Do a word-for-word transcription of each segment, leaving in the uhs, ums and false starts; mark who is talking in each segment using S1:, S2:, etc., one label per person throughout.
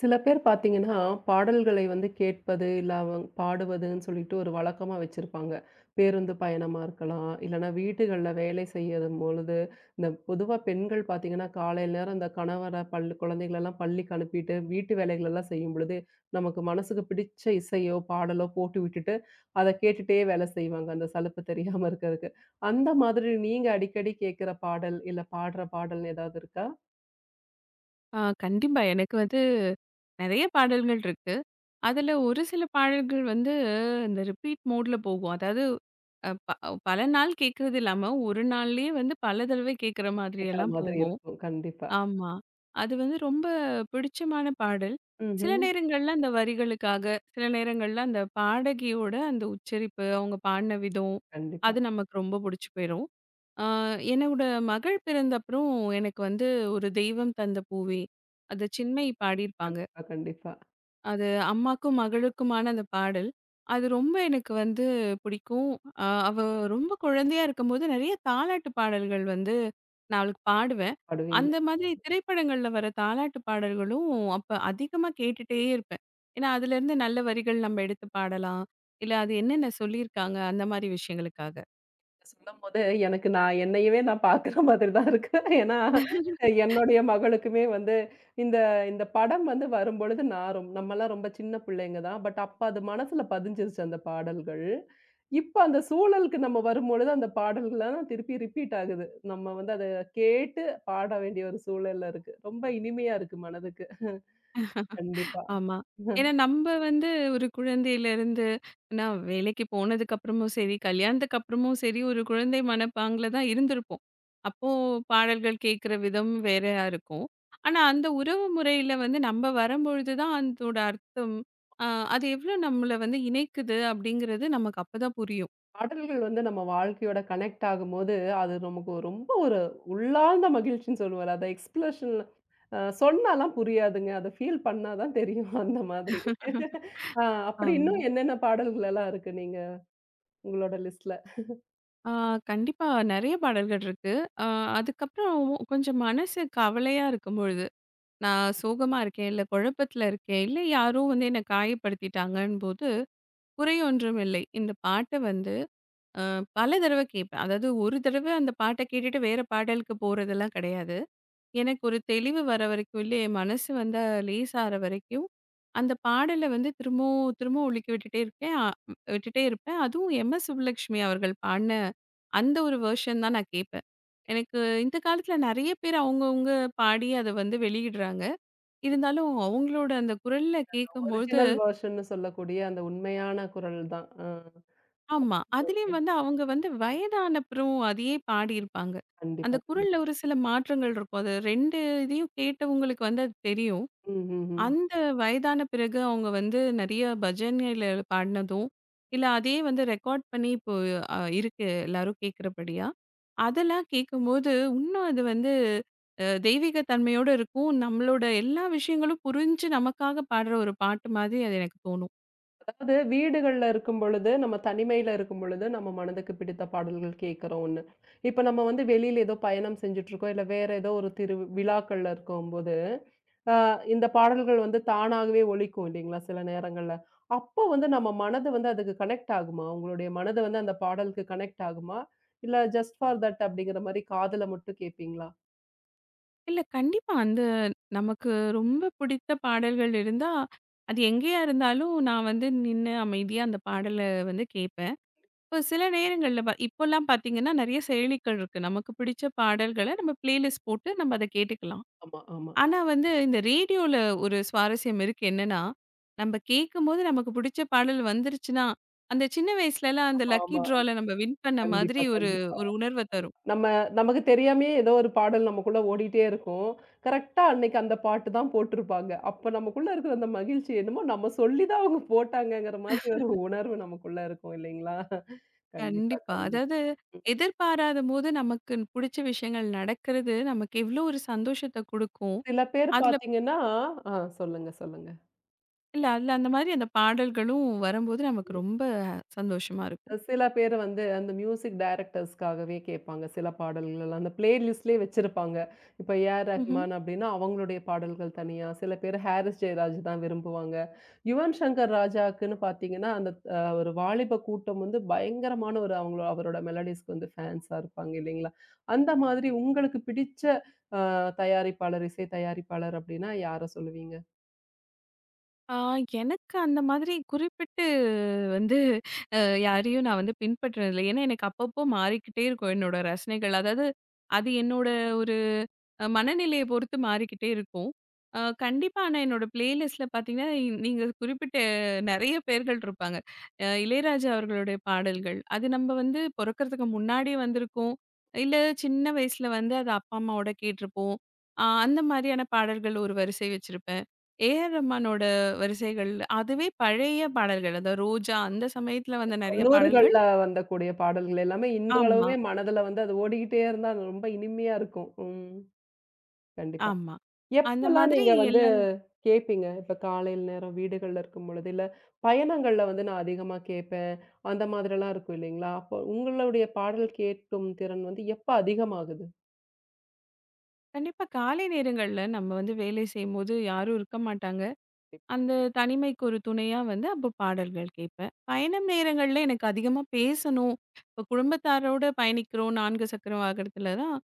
S1: சில பேர் பார்த்தீங்கன்னா, பாடல்களை வந்து கேட்பது, இல்ல அவங்க பாடுவதுன்னு சொல்லிட்டு ஒரு வழக்கமா வச்சிருப்பாங்க. பேருந்து பயணமா இருக்கலாம், இல்லன்னா வீடுகள்ல வேலை செய்யும்பொழுது, இந்த பொதுவா பெண்கள் பார்த்தீங்கன்னா, காலையில நேரம் இந்த கணவர பள்ளி குழந்தைகளெல்லாம் பள்ளிக்கு அனுப்பிட்டு, வீட்டு வேலைகளெல்லாம் செய்யும் பொழுது, நமக்கு மனசுக்கு பிடிச்ச இசையோ, பாடலோ போட்டு விட்டுட்டு, அத கேட்டுட்டே வேலை செய்வாங்க, அந்த சலுப்பு தெரியாம இருக்கறதுக்கு. அந்த மாதிரி நீங்க அடிக்கடி கேட்கிற பாடல், இல்ல பாடுற பாடல்ன்னு ஏதாவது இருக்கா?
S2: ஆ கண்டிப்பா. எனக்கு வந்து நெறைய பாடல்கள் இருக்கு. அதுல ஒரு சில பாடல்கள் வந்து இந்த ரிப்பீட் மோட்ல போகும். அதாவது அ ப பல நாள் கேட்கறது இல்லாம, ஒரு நாள்லயே வந்து பல தடவை கேட்கற மாதிரி
S1: கேட்கிற
S2: எல்லாம்
S1: மாதிரி
S2: போகும்.
S1: இருக்கும். கண்டிப்பா.
S2: ஆமா. அது வந்து ரொம்ப பிடிச்சமான பாடல். சில
S1: ம்ஹ்ம்.
S2: நேரங்கள்ல அந்த வரிகளுக்காக, சில நேரங்கள்ல அந்த பாடகியோட அந்த உச்சரிப்பு, அவங்க பாடின விதம்,
S1: கண்டிப்பா,
S2: அது நமக்கு ரொம்ப புடிச்சு போயிரும். ஆ என்னோட மகள் பிறந்த அப்புறம் எனக்கு வந்து "ஒரு தெய்வம் தந்த பூவே" அது சின்மை பாடியிருப்பாங்க.
S1: கண்டிப்பா, கண்டிப்பா.
S2: அது அம்மாக்கும் மகளுக்குமான அந்த பாடல். அது ரொம்ப எனக்கு வந்து பிடிக்கும். அ அவ ரொம்ப குழந்தையா இருக்கும்போது நெறைய தாலாட்டு பாடல்கள் வந்து நான் அவளுக்கு பாடுவேன்.
S1: பாடுவீங்க.
S2: அந்த மாதிரி திரைப்படங்கள்ல வர தாலாட்டு பாடல்களும் அப்ப அதிகமா கேட்டுட்டே இருப்பேன். ஏன்னா, அதுலேருந்து நல்ல வரிகள் நம்ம எடுத்து பாடலாம். இல்ல அது என்னென்ன சொல்லியிருக்காங்க அந்த மாரி விஷயங்களுக்காக.
S1: சொல்லும்போது எனக்கு நான் என்னையவே நான் பார்க்குற மாதிரி தான் இருக்கு. ஏன்னா, என்னுடைய மகளுக்குமே வந்து இந்த இந்த படம் வந்து வரும்பொழுது நான் ரொம் நம்மலாம் ரொம்ப சின்ன பிள்ளைங்க தான். பட் அப்ப அது மனசுல பதிஞ்சிருச்சு அந்த பாடல்கள். இப்ப அந்த சூழலுக்கு நம்ம வரும்பொழுது அந்த பாடல்கள்லாம் திருப்பி ரிப்பீட் ஆகுது. நம்ம வந்து அத கேட்டு பாட வேண்டிய ஒரு சூழல்ல இருக்கு. ரொம்ப இனிமையா இருக்கு மனதுக்கு. கண்டிப்பா.
S2: ஆமா. ஏன்னா நம்ப வந்து ஒரு குழந்தையிலருந்து நான் வேலைக்கு போனதுக்கு அப்புறமும் சரி, கல்யாணத்துக்கு அப்புறமும் சரி, ஒரு குழந்தை மனப்பாங்கில தான் இருந்திருப்போம். அப்போ பாடல்கள் கேட்கிற விதம் வேறையா இருக்கும். ஆனா அந்த உறவு முறையில வந்து நம்ப வரம்பொழுது தான் அதோட அர்த்தம், அ அது எவ்ளோ நம்மள வந்து இணைக்குது அப்படிங்கிறது நமக்கு அப்பதான் புரியும்.
S1: பாடல்கள் வந்து நம்ம வாழ்க்கையோட கனெக்ட் ஆகும்போது, அது நமக்கு ஒரு- ரொம்ப ஒரு உள்ளார்ந்த மகிழ்ச்சின்னு சொல்லுவோம்ல. அத எக்ஸ்பிரஷன்ல அ சொன்னாலாம் புரியாதுங்க. அத ஃபீல் பண்ணா தான் தெரியும் அந்த மாதிரி. ஆ அப்படி இன்னும்
S2: அம்.
S1: என்னென்ன பாடல்கள் எல்லாம் இருக்கு நீங்க உங்களோட லிஸ்ட்ல?
S2: ஆ கண்டிப்பா நெறைய பாடல்கள் இருக்கு. அ அதுக்கப்புறம் கொஞ்சம் மனசு கவலையா இருக்கும்பொழுது நான் சோகமா இருக்கேன், இல்ல குழப்பத்துல இருக்கேன், இல்ல யாரோ வந்து என்ன காயப்படுத்திட்டாங்கன்னும்போது, குறை ஒன்றும் இல்லை. இந்த பாட்ட வந்து அ பல தடவ கேட்பேன். அதாவது ஒரு தடவ அந்த பாட்ட கேட்டுட்டு வேற பாடலுக்கு போறதெல்லாம் கிடையாது. எனக்கு ஒரு தெளிவு வர வரைக்கும், இல்ல என் மனசு வந்து லேசாற வரைக்கும், அந்த பாடல வந்து திரும்பவும் திரும்பவும் ஒலிக்க விட்டுட்டே இருக்கேன். அ விட்டுட்டே இருப்பேன். அதுவும் எம் எஸ் சுப்புலட்சுமி அவர்கள் பாடுன அந்த ஒரு வெர்ஷன் தான் நான் கேட்பேன். எனக்கு இந்த காலத்துல நெறைய பேர் அவங்கவங்க பாடி அத வந்து வெளியிடுறாங்க. இருந்தாலும் அவங்களோட அந்த குரல்ல கேட்கும்பொழுது
S1: ஒரிஜினல் வெர்ஷன்னு சொல்லக்கூடிய அந்த உண்மையான குரல் தான். ஆ
S2: ஆமா.
S1: ஓகே.
S2: அதிலயும் வந்து அவங்க வந்து வயதானப்புறம் அதையே பாடியிருப்பாங்க. அந்த
S1: கண்டிப்பா,
S2: குரல்ல
S1: கண்டிப்பா.
S2: ஒரு சில மாற்றங்கள் இருக்கும். அது ரெண்டு இதையும் கேட்டவங்களுக்கு வந்து அது தெரியும்.
S1: ம், ம், ம்.
S2: அந்த வயதான பிறகு அவங்க வந்து நெறைய பஜனையில பாடினதும், இல்ல அதையே வந்து ரெக்கார்ட் பண்ணி இப்போ அ இருக்கு எல்லாரும் கேட்கிறபடியா. அதெல்லாம் கேட்கும்போது இன்னும் அது வந்து அ தெய்வீக தன்மையோட இருக்கும். நம்மளோட எல்லா விஷயங்களும் புரிஞ்சு நமக்காக பாடுற ஒரு பாட்டு மாதிரி அது எனக்கு தோணும்.
S1: அது வீடுகள்ல இருக்கும் பொழுது, நம்ம தனிமையில இருக்கும் பொழுது, நம்ம மனதுக்கு பிடித்த பாடல்கள் கேட்கிறோம் ஒண்ணு. இப்ப நம்ம வந்து வெளியில ஏதோ பயணம் செஞ்சுட்டு இருக்கோம். இல்ல வேற ஏதோ ஒரு திரு விழாக்கள்ல இருக்கும்போது, அ இந்த பாடல்கள் வந்து தானாகவே ஒலிக்கும் இல்லைங்களா? சில நேரங்கள்ல. அப்போ வந்து நம்ம மனது வந்து அதுக்கு கனெக்ட் ஆகுமா? உங்களுடைய மனது வந்து அந்த பாடலுக்கு கனெக்ட் ஆகுமா? இல்ல ஜஸ்ட் ஃபார் தட் அப்படிங்கிற மாரி காதுல மட்டும் கேட்பீங்களா?
S2: இல்ல கண்டிப்பா. அந்த நமக்கு ரொம்ப பிடித்த பாடல்கள் இருந்தா, அது எங்கேயா இருந்தாலும் நான் வந்து நின்னு அமைதியா அந்த பாடல வந்து கேட்பேன். இப்போ சில நேரங்கள்ல பா இப்போலாம் பார்த்தீங்கன்னா, நெறைய செயலிகள் இருக்கு. நமக்கு பிடிச்ச பாடல்கள நம்ம பிளேலிஸ்ட் போட்டு நம்ம அத கேட்டுக்கலாம்.
S1: ஆமா, ஆமா.
S2: ஆனா வந்து இந்த ரேடியோல ஒரு சுவாரஸ்யம் இருக்கு என்னன்னா, நம்ம கேட்கும்போது நமக்கு பிடிச்ச பாடல் வந்துருச்சுன்னா, அந்த சின்ன வயசுலலாம் அந்த லக்கி
S1: ஆமா, ஆமா.
S2: ட்ரால நம்ம வின் பண்ண மாதிரி
S1: கண்டிப்பா,
S2: ஒரு
S1: கண்டிப்பா.
S2: ஒரு உணர்வ தரும்.
S1: நம்ம நமக்கு தெரியாமயே ஏதோ ஒரு பாடல் நமக்குள்ள ஓடிட்டே இருக்கும். கரெக்ட்டா அன்னைக்கு அந்த பாட்டு தான் போட்டிருப்பாங்க. அப்ப நமக்குள்ள இருக்கிற அந்த மகிழ்ச்சி என்னமோ நம்ம சொல்லி தான் அவங்க போட்டாங்கங்கிற மாதிரி ஒரு உணர்வு நமக்குள்ள இருக்கும் இல்லைங்களா? கண்டிப்பா,
S2: கண்டிப்பா.
S1: கண்டிப்பா.
S2: அதாவது
S1: ம்.
S2: எதிர்பாராதபோது நமக்கு புடிச்ச விஷயங்கள் நடக்கிறது, நமக்கு எவ்ளோ ஒரு சந்தோஷத்த குடுக்கும்.
S1: சில பேர்
S2: அதுல
S1: பார்த்தீங்கன்னா ஆ சொல்லுங்க, சொல்லுங்க.
S2: இல்ல அதுல அந்த மாதிரி அந்த பாடல்களும் வரும்போது நமக்கு ரொம்ப சந்தோஷமா இருக்கும்.
S1: சில பேர் வந்து அந்த மியூசிக் டைரக்டர்ஸ்க்காகவே கேட்பாங்க. சில பாடல்கள் அந்த பிளே லிஸ்ட்லயே வச்சிருப்பாங்க. இப்ப ஏ ஆர்
S2: ம்ஹ்ம்.
S1: ரஹ்மான் அப்டின்னா, அவங்களுடைய பாடல்கள் தனியா, சில பேர் ஹாரிஸ் ஜெயராஜ் தான் விரும்புவாங்க. யுவன் சங்கர் ராஜாக்குன்னு பார்த்தீங்கன்னா, அந்த அ ஒரு வாலிப கூட்டம் வந்து பயங்கரமான ஒரு அவங்களோ அவரோட மெலோடிஸ்க்கு வந்து ஃபேன்ஸா இருப்பாங்க இல்லைங்களா? அந்த மாதிரி உங்களுக்கு பிடிச்ச அ தயாரிப்பாளர், இசை தயாரிப்பாளர் அப்டின்னா யார சொல்லுவீங்க?
S2: ஆ எனக்கு அந்த மாதிரி குறிப்பிட்டு வந்து அ யாரையும் நான் வந்து பின்பற்றுனதில்ல. ஏன்னா எனக்கு அப்பப்போ மாறிக்கிட்டே இருக்கும் என்னோட ரசனைகள். அதாவது அது என்னோட அ மனநிலைய பொறுத்து மாறிக்கிட்டே இருக்கும். அ கண்டிப்பா ஆனா என்னோட பிளேலிஸ்ட்ல பார்த்தீங்கன்னா, நீங்க குறிப்பிட்ட நெறைய பேர்கள் இருப்பாங்க. அ இளையராஜா அவர்களுடைய பாடல்கள். அது நம்ம வந்து பொறக்கறதுக்கு முன்னாடியே வந்திருக்கும். இல்ல சின்ன வயசுல வந்து அது அப்பா, அம்மாவோட கேட்டிருப்போம். அ அந்த மாரியான பாடல்கள் ஒரு வரிசை வச்சிருப்பேன். ஏ ஆர் ரஹ்மானோட வரிசைகள் அதுவே பழைய பாடல்கள். அதான் ரோஜா அந்த சமயத்துல வந்த நெறைய பாடல்கள்.
S1: தொண்ணூறுகள்ல வந்தக்கூடிய பாடல்கள் எல்லாமே
S2: ஆமா,
S1: இன்றளவுமே மனதுல வந்து அது ஓடிக்கிட்டே இருந்தா, அது ரொம்ப இனிமையா இருக்கும். ம். கண்டிப்பா.
S2: ஆமா. அந்த
S1: எப்பலாம்
S2: மாதிரி
S1: நீங்க வந்து
S2: எல்லா
S1: கேட்பீங்க? இப்ப காலையில நேரம் வீடுகள்ல இருக்கும்பொழுது, இல்ல பயணங்கள்ல வந்து நான் அதிகமா கேட்பேன். அந்த மாதிரிலாம் இருக்கும் இல்லைங்களா? அப்போ உங்களுடைய பாடல் கேட்கும் திறன் வந்து எப்ப அதிகமாகுது?
S2: கண்டிப்பா காலை நேரங்கள்ல நம்ம வந்து வேலை செய்யும்போது யாரும் இருக்க மாட்டாங்க. அந்த தனிமைக்கு ஒரு துணையா வந்து அப்போ பாடல்கள் கேட்பேன். பயணம் நேரங்கள்ல எனக்கு அதிகமா பேசணும். இப்போ குடும்பத்தாரோட பயணிக்கிறோம் நான்கு சக்கர வாகனத்துல தான்.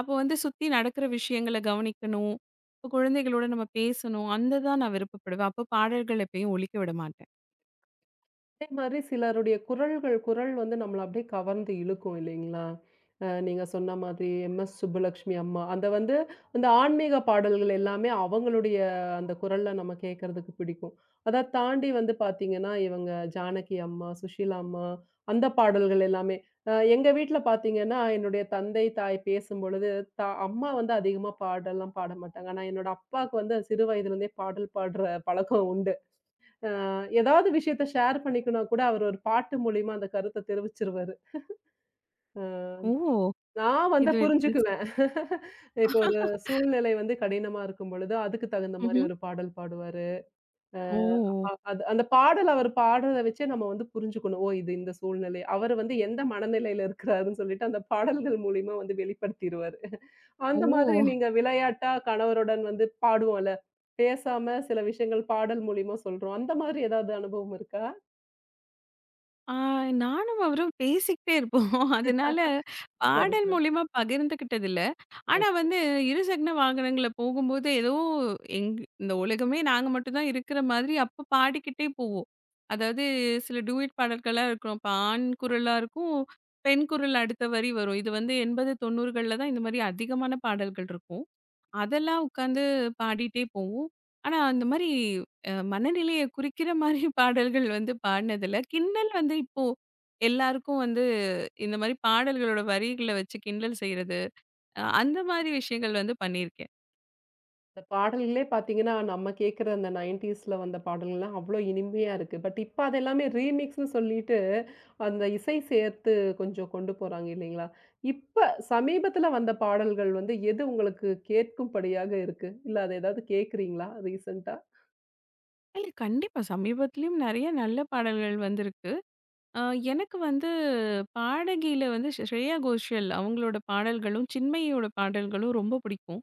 S2: அப்போ வந்து சுத்தி நடக்கிற விஷயங்கள கவனிக்கணும். இப்போ குழந்தைகளோட நம்ம பேசணும். அந்த தான் நான் விருப்பப்படுவேன். அப்போ பாடல்கள் எப்பயும் ஒலிக்க விட மாட்டேன்.
S1: அதே மாதிரி சிலருடைய குரல்கள் குரல் வந்து நம்மள அப்படியே கவர்ந்து இழுக்கும் இல்லைங்களா? அ நீங்க சொன்ன மாதிரி எம்.எஸ். சுப்புலக்ஷ்மி அம்மா, அந்த வந்து அந்த ஆன்மீக பாடல்கள் எல்லாமே அவங்களுடைய அந்த குரல்ல நம்ம கேட்கறதுக்கு பிடிக்கும். அத தாண்டி வந்து பார்த்தீங்கன்னா, இவங்க ஜானகி அம்மா, சுஷீலா அம்மா அந்த பாடல்கள் எல்லாமே. அ எங்க வீட்ல பார்த்தீங்கன்னா, என்னுடைய தந்தை, தாய் பேசும்பொழுது த அம்மா வந்து அதிகமா பாடல்லாம் பாட மாட்டாங்க. ஆனா என்னோட அப்பாவுக்கு வந்து சிறு வயதிலிருந்தே பாடல் பாடுற பழக்கம் உண்டு. அ ஏதாவது விஷயத்த ஷேர் பண்ணிக்கணும்னா கூட, அவர் ஒரு பாட்டு மூலியமா அந்த கருத்த தெரிவிச்சுருவாரு. அ
S2: ஓ!
S1: நான் வந்து
S2: இது வித்தியாசமா
S1: புரிஞ்சுக்குவேன். இப்போ ஒரு சூழ்நிலை வந்து கடினமா இருக்கும் பொழுது, அதுக்கு தகுந்த மாரி
S2: ம்ஹ்ம்.
S1: ஒரு பாடல் பாடுவாரு. அஹ்
S2: ஓ!
S1: அ அது அந்த பாடல் அவர் பாடுறத வச்சே நம்ம வந்து புரிஞ்சுக்கணும். ஓ! இது இந்த சூழ்நிலை. அவர் வந்து எந்த மனநிலையில இருக்கிறாருன்னு சொல்லிட்டு, அந்த பாடல்கள் மூலியமா வந்து வெளிப்படுத்திருவாரு.
S2: ஓ!
S1: அந்த மாதிரி நீங்க விளையாட்டா கணவருடன் வந்து பாடுவோம்ல. பேசாம சில விஷயங்கள் பாடல் மூலியமா சொல்றோம். அந்த மாதிரி ஏதாவது அனுபவம் இருக்கா?
S2: ஆ நானும் அவரும் பேசிக்கிட்டே இருப்போம். அதனால
S1: சரி,
S2: பாடல்
S1: சரி.
S2: மூலியமா பகிர்ந்துக்கிட்டது இல்ல. ஆனா
S1: ஓகே.
S2: வந்து இருசக்கர வாகனங்கள்ல போகும்போது ஏதோ எங் இந்த உலகமே நாங்க மட்டும் தான் இருக்கிற மாதிரி அப்ப பாடிக்கிட்டே போவோம். அதாவது சில டூயட் பாடல்கள்லாம் இருக்கும். அப்ப ஆண் குரலா இருக்கும். பெண் குரல் அடுத்த வரி வரும். இது வந்து எண்பது, தொண்ணூறுகள்ல தான் இந்த மாரி அதிகமான பாடல்கள் இருக்கும். அதெல்லாம் உட்காந்து பாடிட்டே போவோம். ஆனா, அந்த மாரி அ மனநிலைய குறிக்கிற மாரி பாடல்கள் வந்து பாடுனதில்ல. கிண்டல் வந்து இப்போ எல்லாருக்கும் வந்து இந்த மாரி பாடல்களோட வரிகள வச்சு கிண்டல் செய்றது, அ அந்த மாரி விஷயங்கள் வந்து பண்ணியிருக்கேன்.
S1: இந்த பாடல்களே பார்த்தீங்கன்னா, நம்ம கேட்கிற அந்த தொண்ணூறுகள்ல வந்த பாடல்கள்லாம் அவ்ளோ இனிமையா இருக்கு. பட் இப்ப அது எல்லாமே ரீமிக்ஸ்ன்னு சொல்லிட்டு, அந்த இசை சேர்த்து கொஞ்சம் கொண்டு போறாங்க இல்லைங்களா? இப்ப சமீபத்தில வந்த பாடல்கள் வந்து எது உங்களுக்கு கேட்கும்படியாக இருக்கு? இல்ல அத ஏதாவது கேட்கிறீங்களா ரீசென்ட்டா?
S2: இல்ல கண்டிப்பா. சமீபத்திலயும் நெறைய நல்ல பாடல்கள் வந்திருக்கு. அ எனக்கு வந்து பாடகியில வந்து ஸ்ரேயா கோஷல் அவங்களோட பாடல்களும், சின்மயியோட பாடல்களும் ரொம்ப பிடிக்கும்.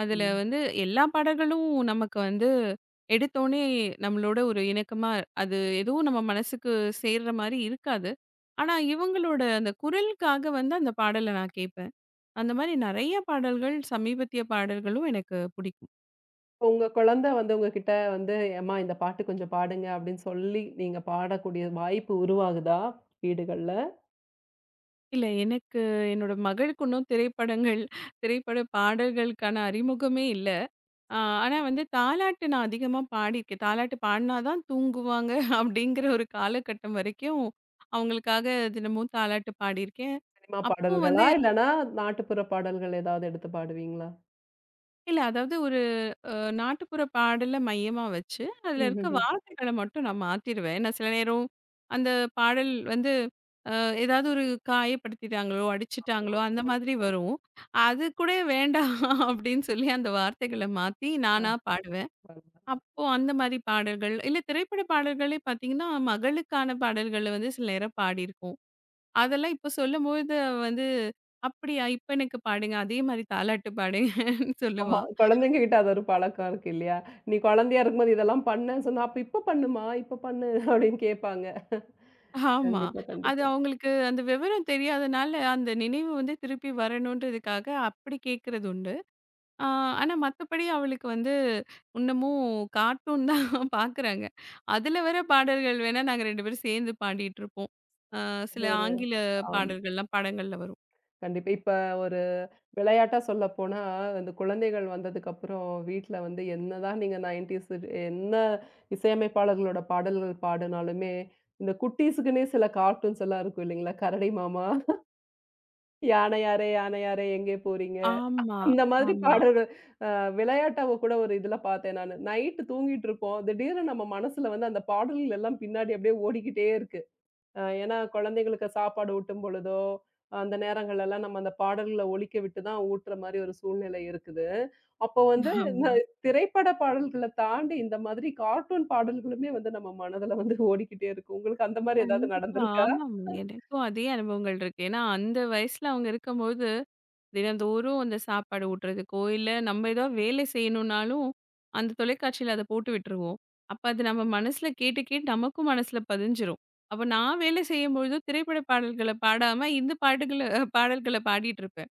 S2: அதுல
S1: ம்.
S2: வந்து எல்லா பாடல்களும் நமக்கு வந்து எடுத்தோனே நம்மளோட ஒரு இணக்கமா அது எதுவும் நம்ம மனசுக்கு சேர்ற மாரி இருக்காது. ஆனா, இவங்களோட அந்த குரலுக்காக வந்து அந்த பாடல நான் கேட்பேன். அந்த மாரி நெறைய பாடல்கள் சமீபத்திய பாடல்களும் எனக்கு பிடிக்கும்.
S1: உங்க குழந்தை வந்து உங்ககிட்ட வந்து, "எம்மா இந்த பாட்டு கொஞ்சம் பாடுங்க" அப்படின்னு சொல்லி நீங்க பாடக்கூடிய வாய்ப்பு உருவாகுதா வீடுகள்ல?
S2: இல்ல. எனக்கு என்னோட மகளுக்கு இன்னும் திரைப்படங்கள், திரைப்பட பாடல்களுக்கான அறிமுகமே இல்ல. அ ஆனா வந்து தாலாட்டு நான் அதிகமா பாடியிருக்கேன். தாலாட்டு பாடுனா தான் தூங்குவாங்க அப்படிங்கிற ஒரு காலகட்டம் வரைக்கும், அவங்களுக்காக தினமும் தாலாட்டு பாடியிருக்கேன்.
S1: சினிமா
S2: அப்போ
S1: பாடல்களா?
S2: வந்து
S1: இல்லன்னா நாட்டுப்புற பாடல்கள் ஏதாவது எடுத்து பாடுவீங்களா?
S2: இல்ல அதாவது ஒரு நாட்டுப்புற பாடல மையமா வச்சு, அதுல இருக்க வார்த்தைகள மட்டும் நான் மாத்திருவேன். ஏன்னா சில நேரம் அந்த பாடல் வந்து அ ஏதாவது ஒரு காயப்படுத்திட்டாங்களோ, அடிச்சுட்டாங்களோ அந்த மாதிரி வரும். அது கூட வேண்டாம் அப்படின்னு சொல்லி அந்த வார்த்தைகள மாத்தி
S1: ஆ.
S2: நானா பாடுவேன்.
S1: பரவால்ல.
S2: அப்போ அந்த மாரி பாடல்கள், இல்ல திரைப்பட பாடல்களே பார்த்தீங்கன்னா, மகளுக்கான பாடல்கள வந்து சில நேரம் பாடியிருக்கோம். அதெல்லாம் இப்போ சொல்லும்போது வந்து, "அப்படியா! இப்ப எனக்கு பாடுங்க. அதே மாரி தாலாட்டு பாடுங்கன்னு"
S1: ஆமா.
S2: சொல்லுவா.
S1: குழந்தைங்ககிட்ட அது ஒரு பழக்கம் இருக்கு இல்லையா? "நீ குழந்தையா இருக்கும்போது இதெல்லாம் பண்ண" சொன்னா, "அப்ப இப்ப பண்ணுமா, இப்ப பண்ணு" அப்படின்னு கேட்பாங்க.
S2: ஆமா.
S1: கண்டிப்பா,
S2: அது
S1: கண்டிப்பா.
S2: அவங்களுக்கு அந்த விவரம் தெரியாதனால, அந்த நினைவு வந்து திருப்பி வரணுன்றதுக்காக அப்படி கேட்கறது உண்டு. ஆ ஆனா மத்தபடி அவளுக்கு வந்து இன்னமும் கார்ட்டூன் தான் பார்க்குறாங்க. அதுல வர பாடல்கள் வேணா நாங்க ரெண்டு பேரும் சேர்ந்து பாடிட்டுருப்போம். அ
S1: அது
S2: சில
S1: ஒரு
S2: ஆங்கில
S1: ஆமா.
S2: பாடல்கள்லாம் படங்கள்ல வரும்.
S1: கண்டிப்பா. இப்ப ஒரு விளையாட்டா சொல்லப்போனா, அந்த குழந்தைகள் வந்ததுக்கப்புறம் வீட்ல வந்து என்னதான் நீங்க தொண்ணூறுகள் என்ன இசையமைப்பாளர்களோட பாடல்கள் பாடுனாலுமே, இந்த குட்டீஸுக்குன்னே சில கார்ட்டூன்ஸ் எல்லாம் இருக்கும் இல்லைங்களா? கரடி மாமா, யானை யாரே யானை யாரே எங்கே போறீங்க?
S2: ஆமா,
S1: அந்த மாதிரி
S2: ஆமா,
S1: பாடல்கள் விளையாட்டாவ கூட ஒரு இதுல பார்த்தேன் நானு. நைட்டு தூங்கிட்டு இருப்போம். திடீர்னு நம்ம மனசுல வந்து அந்த பாடல்கள் எல்லாம் பின்னாடி அப்படியே ஓடிக்கிட்டே இருக்கு. அ ஏன்னா குழந்தைங்களுக்கு சாப்பாடு ஊட்டும் பொழுதோ, அந்த நேரங்கள் எல்லாம் நம்ம அந்த பாடல்கள ஒலிக்க விட்டு தான் ஊட்டுற மாரி ஒரு சூழ்நிலை இருக்குது. அப்போ வந்து இந்த
S2: ஆமா.
S1: திரைப்பட பாடல்கள தாண்டி இந்த மாதிரி கார்ட்டூன் பாடல்களுமே வந்து நம்ம மனதுல வந்து ஓடிக்கிட்டே இருக்கும். உங்களுக்கு அந்த மாரி ஏதாவது
S2: கண்டிப்பா.
S1: நடந்திருக்கா?
S2: ஆமாமா. எனக்கும் அதே அனுபவங்கள் இருக்கு. ஏன்னா அந்த வயசுல அவங்க இருக்கும்போது தினந்தோறும் அந்த சாப்பாடு ஊட்டுறதுக்கோ, இல்ல நம்ம ஏதோ வேலை செய்யணும்னாலும், அந்த தொலைக்காட்சியில அத போட்டு விட்டுருவோம். அப்ப அது நம்ம மனசுல கேட்டு, கேட்டு நமக்கும் மனசுல பதிஞ்சிரும். அப்ப நான் வேலை செய்யும்பொழுது திரைப்பட பாடல்கள பாடாம, இந்த பாட்டுகள பாடல்கள பாடிட்டு இருப்பேன்.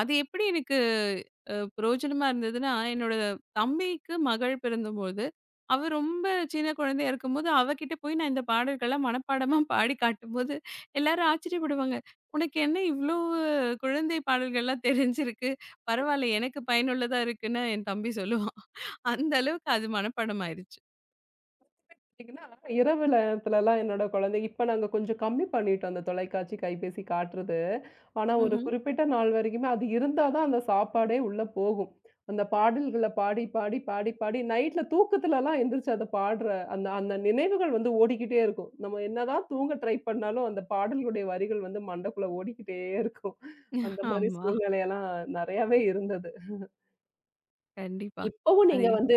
S2: அது எப்படி எனக்கு அ பிரயோஜனமா இருந்ததுன்னா, என்னோட தம்பிக்கு மகள் பிறந்தபோது, அவ ரொம்ப சின்ன குழந்தையா இருக்கும்போது, அவகிட்ட போய் நான் இந்த பாடல்கள்லாம் மனப்பாடமா பாடி காட்டும்போது, எல்லாரும் ஆச்சரியப்படுவாங்க. "உனக்கு என்ன இவ்ளோ குழந்தை பாடல்கள்லாம் தெரிஞ்சிருக்கு? பரவால்ல எனக்கு பயனுள்ளதா இருக்குன்னு" என் தம்பி சொல்லுவான். அந்த அளவுக்கு அது மனப்பாடம் ஆயிருச்சு.
S1: பார்த்தீங்கன்னா, இரவு நேரத்துலலாம் என்னோட குழந்தை இப்ப நாங்க கொஞ்சம் கம்மி பண்ணிட்டோம் அந்த தொலைக்காட்சி, கைபேசி காட்டுறது. ஆனா ஒரு
S2: ம்ஹ்ம்.
S1: குறிப்பிட்ட நாள் வரைக்குமே அது இருந்தா தான் அந்த சாப்பாடே உள்ள போகும். அந்த பாடல்கள பாடி, பாடி, பாடி, பாடி நைட்ல தூக்கத்துலலாம் எந்திரிச்சு அத பாடுற அந்த அந்த நினைவுகள் வந்து ஓடிக்கிட்டே இருக்கும். நம்ம என்னதான் தூங்க ட்ரை பண்ணாலும் அந்த பாடல்களுடைய வரிகள் வந்து மண்டைக்குள்ள ஓடிக்கிட்டே இருக்கும். அந்த மாரி
S2: ஆமா.
S1: சூழ்நிலையெல்லாம் நெறையாவே இருந்தது.
S2: கண்டிப்பா.
S1: இப்பவும்
S2: அது
S1: நீங்க வந்து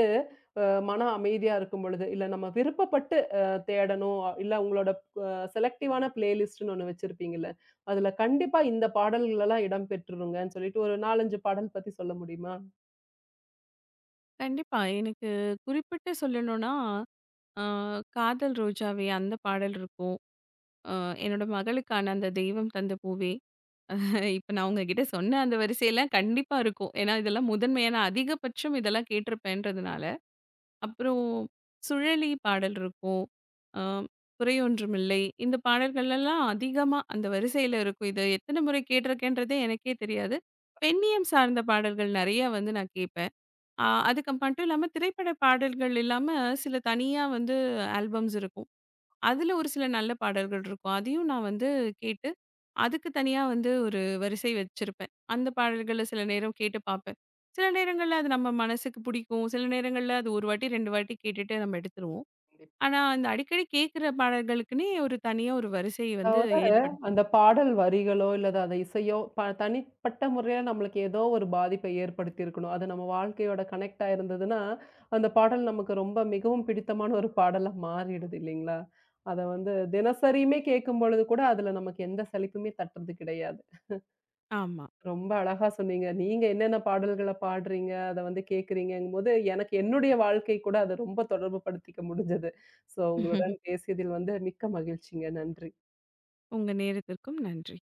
S1: அ மன அமைதியா இருக்கும் பொழுது, இல்ல நம்ம விருப்பப்பட்டு அ தேடணும், அ- இல்ல உங்களோட அ செலக்டிவான பிளேலிஸ்ட்ன்னு ஒண்ணு வச்சிருப்பீங்கல்ல, அதுல கண்டிப்பா இந்த பாடல்கள் எல்லாம் இடம் பெற்றுருங்கன்னு சொல்லிட்டு ஒரு நான்கு, ஐந்து பாடல் பத்தி சொல்ல முடியுமா?
S2: கண்டிப்பா. எனக்கு குறிப்பிட்டு சொல்லணும்னா, அ "காதல் ரோஜாவே" அந்த பாடல் இருக்கும். அ என்னோட மகளுக்கான அந்த தெய்வம் தந்த பூவே, இப்ப நான் உங்ககிட்ட சொன்ன அந்த வரிசையெல்லாம் கண்டிப்பா இருக்கும். ஏன்னா, இதெல்லாம் முதன்மையா நான் அதிகபட்சம் இதெல்லாம் கேட்டிருப்பேன்றதுனால. அப்புறம் சுழலி பாடல் இருக்கும். அ குறையொன்றுமில்லை. இந்த பாடல்கள்லாம் அதிகமா அந்த வரிசையில இருக்கும். இத எத்தன முறை கேட்டிருக்கேன்றதே எனக்கே தெரியாது. பெண்ணியம் சார்ந்த பாடல்கள் நெறையா வந்து நான் கேட்பேன். அ அதுக்கு மட்டும் இல்லாம திரைப்பட பாடல்கள் இல்லாம சில தனியா வந்து ஆல்பம்ஸ் இருக்கும். அதுல ஒரு சில நல்ல பாடல்கள் இருக்கும். அதையும் நான் வந்து கேட்டு அதுக்கு தனியா வந்து ஒரு வரிசை வச்சிருப்பேன். அந்த பாடல்கள சில நேரம் கேட்டு பார்ப்பேன். சில நேரங்கள்ல அது நம்ம மனசுக்கு பிடிக்கும். சில நேரங்கள்ல அது ஒரு வாட்டி ரெண்டு வாட்டி கேட்டுட்டு நம்ம எடுத்துருவோம். ஆனா, அந்த அடிக்கடி கேட்கிற பாடல்களுக்குன்னே ஒரு தனியா ஒரு வரிசை வந்து
S1: அதாவது,
S2: ஏற்படுத்தி
S1: அந்த
S2: வச்சு
S1: பாடல் வரிகளோ, இல்ல அது அந்த இசையோ, ப தனிப்பட்ட முறையில நம்மளுக்கு ஏதோ ஒரு பாதிப்பை ஏற்படுத்தியிருக்கணும். அது நம்ம வாழ்க்கையோட கனெக்ட் ஆயிருந்ததுன்னா, அந்த பாடல் நமக்கு ரொம்ப மிகவும் பிடித்தமான ஒரு பாடலா மாறிடுது இல்லைங்களா? அத வந்து தினசரியுமே கேட்கும்பொழுது கூட, அதுல நமக்கு எந்த சலிப்புமே தட்டுறது கிடையாது.
S2: ஆமா.
S1: ரொம்ப அழகா சொன்னீங்க. நீங்க என்னென்ன பாடல்கள பாடுறீங்க, அத வந்து கேட்கிறீங்கங்கும்போது, எனக்கு என்னுடைய வாழ்க்கை கூட அத ரொம்ப தொடர்பு படுத்திக்க முடிஞ்சது. ஸோ உங்களுடன் பேசியதில் வந்து மிக்க மகிழ்ச்சிங்க. நன்றி.
S2: உங்க நேரத்திற்கும் நன்றி.